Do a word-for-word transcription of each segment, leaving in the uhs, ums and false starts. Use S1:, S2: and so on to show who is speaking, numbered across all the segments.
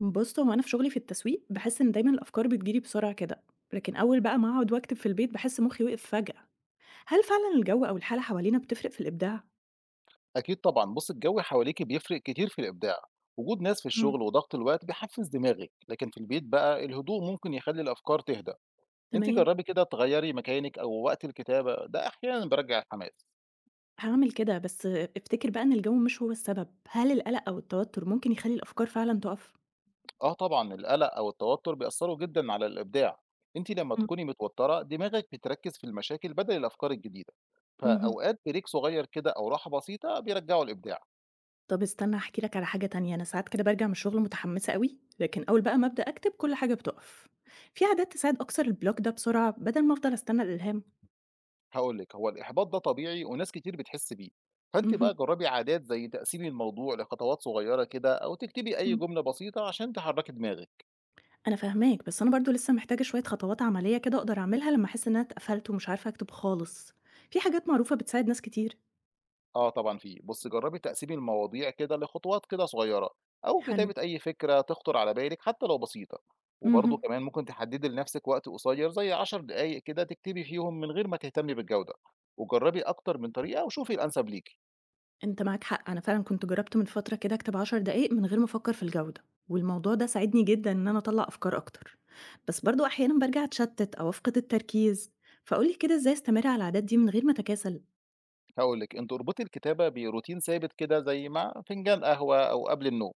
S1: بُص، هو أنا في شغلي في التسويق باحس إن دايمًا الأفكار بتجيلي بسرعة كده، لكن أول بقى ما أقعد وأكتب في البيت باحس مخي وقف فجأة. هل فعلًا الجو أو الحالة حوالينا بتفرق في الإبداع؟
S2: أكيد طبعا، بص، الجو حواليك بيفرق كتير في الإبداع. وجود ناس في
S1: إمم.
S2: الشغل وضغط الوقت بيحفز دماغك، لكن في البيت بقى الهدوء ممكن يخلي الأفكار تهدى. أنت
S1: تمام،
S2: جربي كده تغيري مكانك أو وقت الكتابة، ده أحيانا بيرجع الحماس.
S1: هاعمل كده، بس افتكر بقى إن الجو مش هو السبب. هل القلق أو التوتر ممكن يخلي الأفكار فعلًا تُقف؟
S2: آه طبعا، القلق أو التوتر بيأثروا جدا على الإبداع. أنت لما
S1: إمم.
S2: تكوني متوترة دماغك بتركز في المشاكل بدل الأفكار الجديدة.
S1: اهم.
S2: فأوقات بريك صغير كده أو راحة بسيطة بيرجعوا الإبداع.
S1: طب استنى هاحكي لك على حاجة تانية، أنا ساعات كده بارجع من الشغل متحمسة أوي، لكن أول بقى ما أبدأ أكتب كل حاجة بتُقف. في عادات تساعد أكسر الblock ده بسرعة بدل ما أفضل أستنى الإلهام؟
S2: هاقول لِك، هو الإحباط ده طبيعي وناس كتير بتحس بيه، فأنتِ بقى
S1: اهم.
S2: جرّبي عادات زي تقسيمي الموضوع لخطوات صغيّرة كده أو تكتبي أي جملة بسيطة عشان تحرّكي دماغِك.
S1: أنا فاهماك، بس أنا برضه لسه محتاجة شوية خطوات عملية كده أقدر أعملها لمّا أحس إن أنا اتقفلت ومش عارفة أكتب خالص. في حاجات معروفة بتساعد ناس كتير.
S2: آه طبعًا في. بُصّي، جرّبي تقسيمي المواضيع كده لخطوات كده صغيّرة أو
S1: حلو.
S2: كتابة أي فكرة تخطر على بالِك حتى لو بسيطة، وبرضه
S1: اهم.
S2: كمان ممكن تحدّدي لنَفْسِك وقت قصيّر زي عشر دقايق كده تكتبي فيهم من غير ما تهتمي بالجودة، وجرّبي أكتر من طريقة وشوفي الأنسب ليكِ.
S1: أنت معاك حق، أنا فعلًا كنت جربت من فترة كده أكتب 10 دقايق من غير ما أفكر في الجودة، والموضوع ده ساعدني جدًا إن أنا أطلّع أفكار أكتر. بس برضه أحيانًا بارجع أتشتت أو أفقد التركيز، فقُل لي كده إزاي أستمر على العادات دي من غير ما أتكاسل؟
S2: هاقول لِك، أنتِ اربطي الكتابة بروتين ثابت كده زي مع فنجان قهوة أو قبل النوم،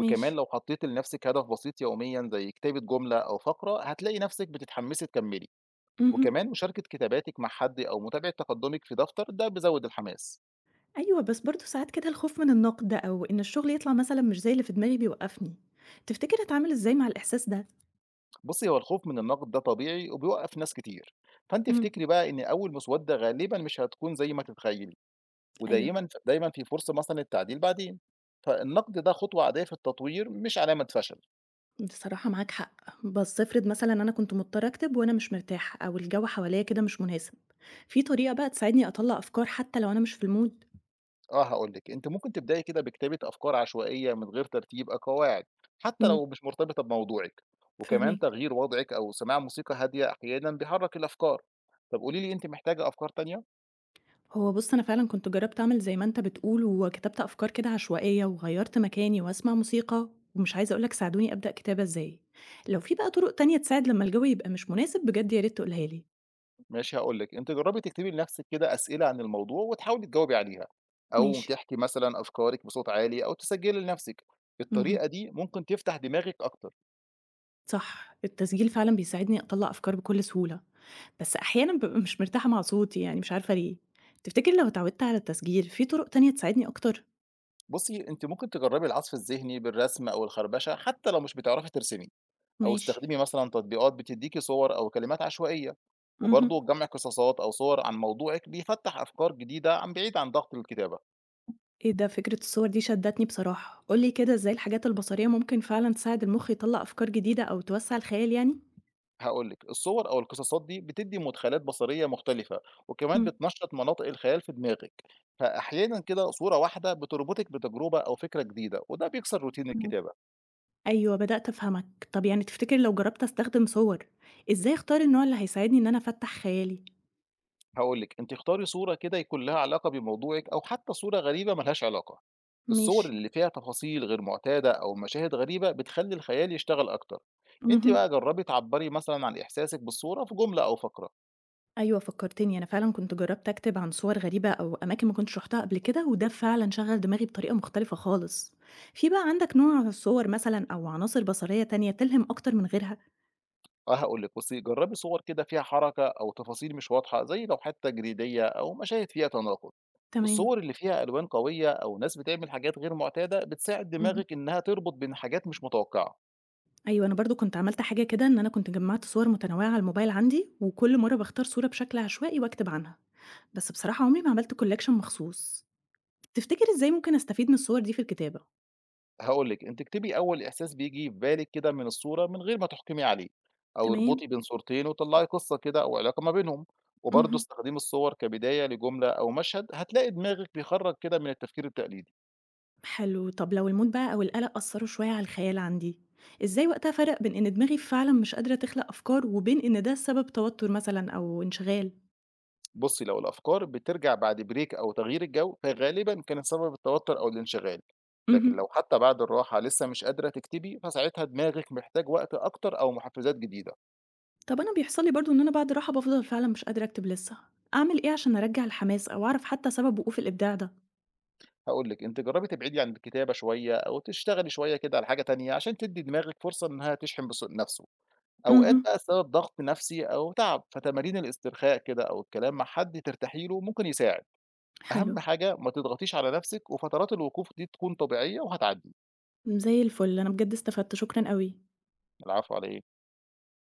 S1: ماشي.
S2: لو حطيتِ لنفسِك هدف بسيط يوميًا زي كتابة جملة أو فقرة هتلاقي نفسِك بتتحمسي تكملي،
S1: اهم.
S2: وكمان مشاركة كتاباتِك مع حد أو متابعة تقدمِك في دفتر ده بيزود الحماس.
S1: أيوه، بس برضه ساعات كده الخوف من النقد أو إن الشغل يطلع مثلًا مش زي اللي في دماغي بيوقّفني. تفتكر أتعامل إزاي مع الإحساس ده؟
S2: بُصي، هو الخوف من النقد ده طبيعي وبيوقف ناس كتير، فأنتِ
S1: إمم،
S2: افتكري بقى إن أول مسودة غالبًا مش هتكون زي ما تتخيلي،
S1: أيوه،
S2: ودايمًا دايمًا في فرصة مثلًا للتعديل بعدين، فالنقد ده خطوة عادية في التطوير مش علامة فشل.
S1: بصراحة معاك حق. بس افرض مثلًا أنا كنت مضطرة أكتب وأنا مش مرتاحة أو الجو حواليّا كده مش مناسب، في طريقة بقى تساعدني أطلّع أفكار حتى لو أنا مش في المود؟
S2: آه، هاقول لِك، أنتِ ممكن تبدئي كده بكتابة أفكار عشوائية من غير ترتيب أو قواعد، حتى
S1: إمم،
S2: لو مش مرتبطة بموضوعِك، وكمان
S1: فاهماك.
S2: تغيير وضعِك أو سماع موسيقى هادية أحيانًا بيحرك الأفكار. طب قولي لي، أنتِ محتاجة أفكار تانية؟
S1: هو بُص، أنا فعلًا كنت جرّبت أعمل زي ما أنت بتقول وكتبت أفكار كده عشوائية وغيّرت مكاني وأسمع موسيقى ومش عايزة أقول لك ساعدوني أبدأ كتابة إزاي. لو في بقى طُرق تانية تساعد لمّا الجو يبقى مش مناسب، بجد يا ريت تقولها لي.
S2: ماشي، هاقول لِك، أنتِ جربي تكتبي لنفسِك كده أسئلة عن الموضوع وتحاولي تجاوبي عليها، أو
S1: ماشي.
S2: تحكي مثلًا أفكارِك بصوت عالي أو تسجلي لنفسِك، الطريقة
S1: اهم.
S2: دي ممكن تفتح دماغِك أكتر.
S1: صح، التسجيل فعلًا بيساعدني أطلّع أفكار بكل سهولة، بس أحيانًا بابقى مش مرتاحة مع صوتي يعني مش عارفة ليه. تفتكر لو اتعودت على التسجيل في طرق تانية تساعدني أكتر؟
S2: بُصي، أنتِ ممكن تجربي العزف الذهني بالرسم أو الخربشة حتى لو مش بتعرفي ترسمي. أو
S1: ماشي.
S2: استخدمي مثلًا تطبيقات بتدّيكِ صور أو كلمات عشوائية، وبرضه
S1: اهم.
S2: جمع قصصات أو صور عن موضوعِك بيفتّح أفكار جديدة عن بعيد عن ضغط الكتابة.
S1: إيه ده، فكرة الصور دي شدّتني بصراحة. قُل لي كده إزاي الحاجات البصرية ممكن فعلًا تساعد المخ يطلّع أفكار جديدة أو توسّع الخيال يعني؟
S2: هاقول لِك، الصور أو القصصات دي بتدّي مدخلات بصرية مختلفة، وكمان
S1: إمم.
S2: بتنشّط مناطق الخيال في دماغِك، فأحيانًا كده صورة واحدة بتربطِك بتجربة أو فكرة جديدة، وده بيكسر روتين
S1: إمم.
S2: الكتابة.
S1: أيوه بدأت أفهمك. طب يعني تفتكر لو جرّبت أستخدم صور، إزاي أختار النوع اللي هيساعدني إن أنا أفتّح خيالي؟
S2: هاقول لِك، أنتِ اختاري صورة كده يكون لها علاقة بموضوعِك أو حتى صورة غريبة ما لهاش علاقة. الصور
S1: ماشي.
S2: اللي فيها تفاصيل غير معتادة أو مشاهد غريبة بتخلّي الخيال يشتغل أكتر. أنتِ
S1: اهم.
S2: بقى جرّبي تعبّري مثلًا عن إحساسِك بالصورة في جملة أو فقرة.
S1: أيوه فكّرتني، أنا فعلًا كنت جرّبت أكتب عن صور غريبة أو أماكن ما كنتش رُحتها قبل كده، وده فعلًا شغّل دماغي بطريقة مختلفة خالص. في بقى عندك نوع صور مثلًا أو عناصر بصرية تانية تلهم أكتر من غيرها؟
S2: آه، هاقول لِك، بُصّي جرّبي صور كده فيها حركة أو تفاصيل مش واضحة زي لوحات تجريدية أو مشاهد فيها تناقض.
S1: تمام،
S2: الصور اللي فيها ألوان قوية أو ناس بتعمل حاجات غير معتادة بتساعد
S1: اهم.
S2: دماغِك إنها تربط بين حاجات مش متوقعة.
S1: أيوه، أنا برضه كنت عملت حاجة كده، إن أنا كنت جمّعت صور متنوعة على الموبايل عندي، وكل مرّة باختار صورة بشكل عشوائي وأكتب عنها. بس بصراحة عمري ما عملت collection مخصوص. تفتكر إزاي ممكن أستفيد من الصور دي في الكتابة؟
S2: هاقول لِك، أنتِ اكتبي أول إحساس بييجي في بالِك كده من الصورة من غير ما تحكمي عليه، أو
S1: تمام،
S2: اربطي بين صورتين وطلّعي قصة كده أو علاقة ما بينهم، وبرضه
S1: اهم.
S2: استخدمي الصور كبداية لجملة أو مشهد هتلاقي دماغِك بيخرّج كده من التفكير التقليدي.
S1: حلو. طب لو الموت بقى أو القلق أثروا شوية على الخيال عندي، إزاي وقتها فرق بين إن دماغي فعلا مش قادرة تخلق أفكار وبين إن ده سبب توتر مثلا أو انشغال؟
S2: بُصّي، لو الأفكار بترجع بعد بريك أو تغيير الجو فغالبًا كانت سبب التوتر أو الانشغال، لكن لو
S1: مهم.
S2: حتى بعد الراحة لسه مش قادرة تكتبي فساعتها دماغِك محتاج وقت أكتر أو محفزات جديدة.
S1: طب أنا بيحصل لي برضو إن أنا بعد راحة بفضل فعلا مش قادرة أكتب لسه، أعمل إيه عشان أرجع الحماس أو أعرف حتى سبب وقوف الإبداع ده؟
S2: هاقول لِك، أنتِ جرّبي تبعدي عن الكتابة شوية أو تشتغلي شوية كده على حاجة تانية عشان تدّي دماغِك فرصة إنها تشحن بس نَفْسه. أوقات
S1: مهم.
S2: بقى السبب ضغط نَفْسي أو تعب، فتمارين الاسترخاء كده أو الكلام مع حد ترتاحي له ممكن يساعد.
S1: حلو.
S2: أهم حاجة ما تضغطيش على نَفْسِك وفترات الوقوف دي تكون طبيعية وهتعدّي.
S1: زي الفل أنا بجد استفدت شكرا قوي.
S2: العفو، على إيه؟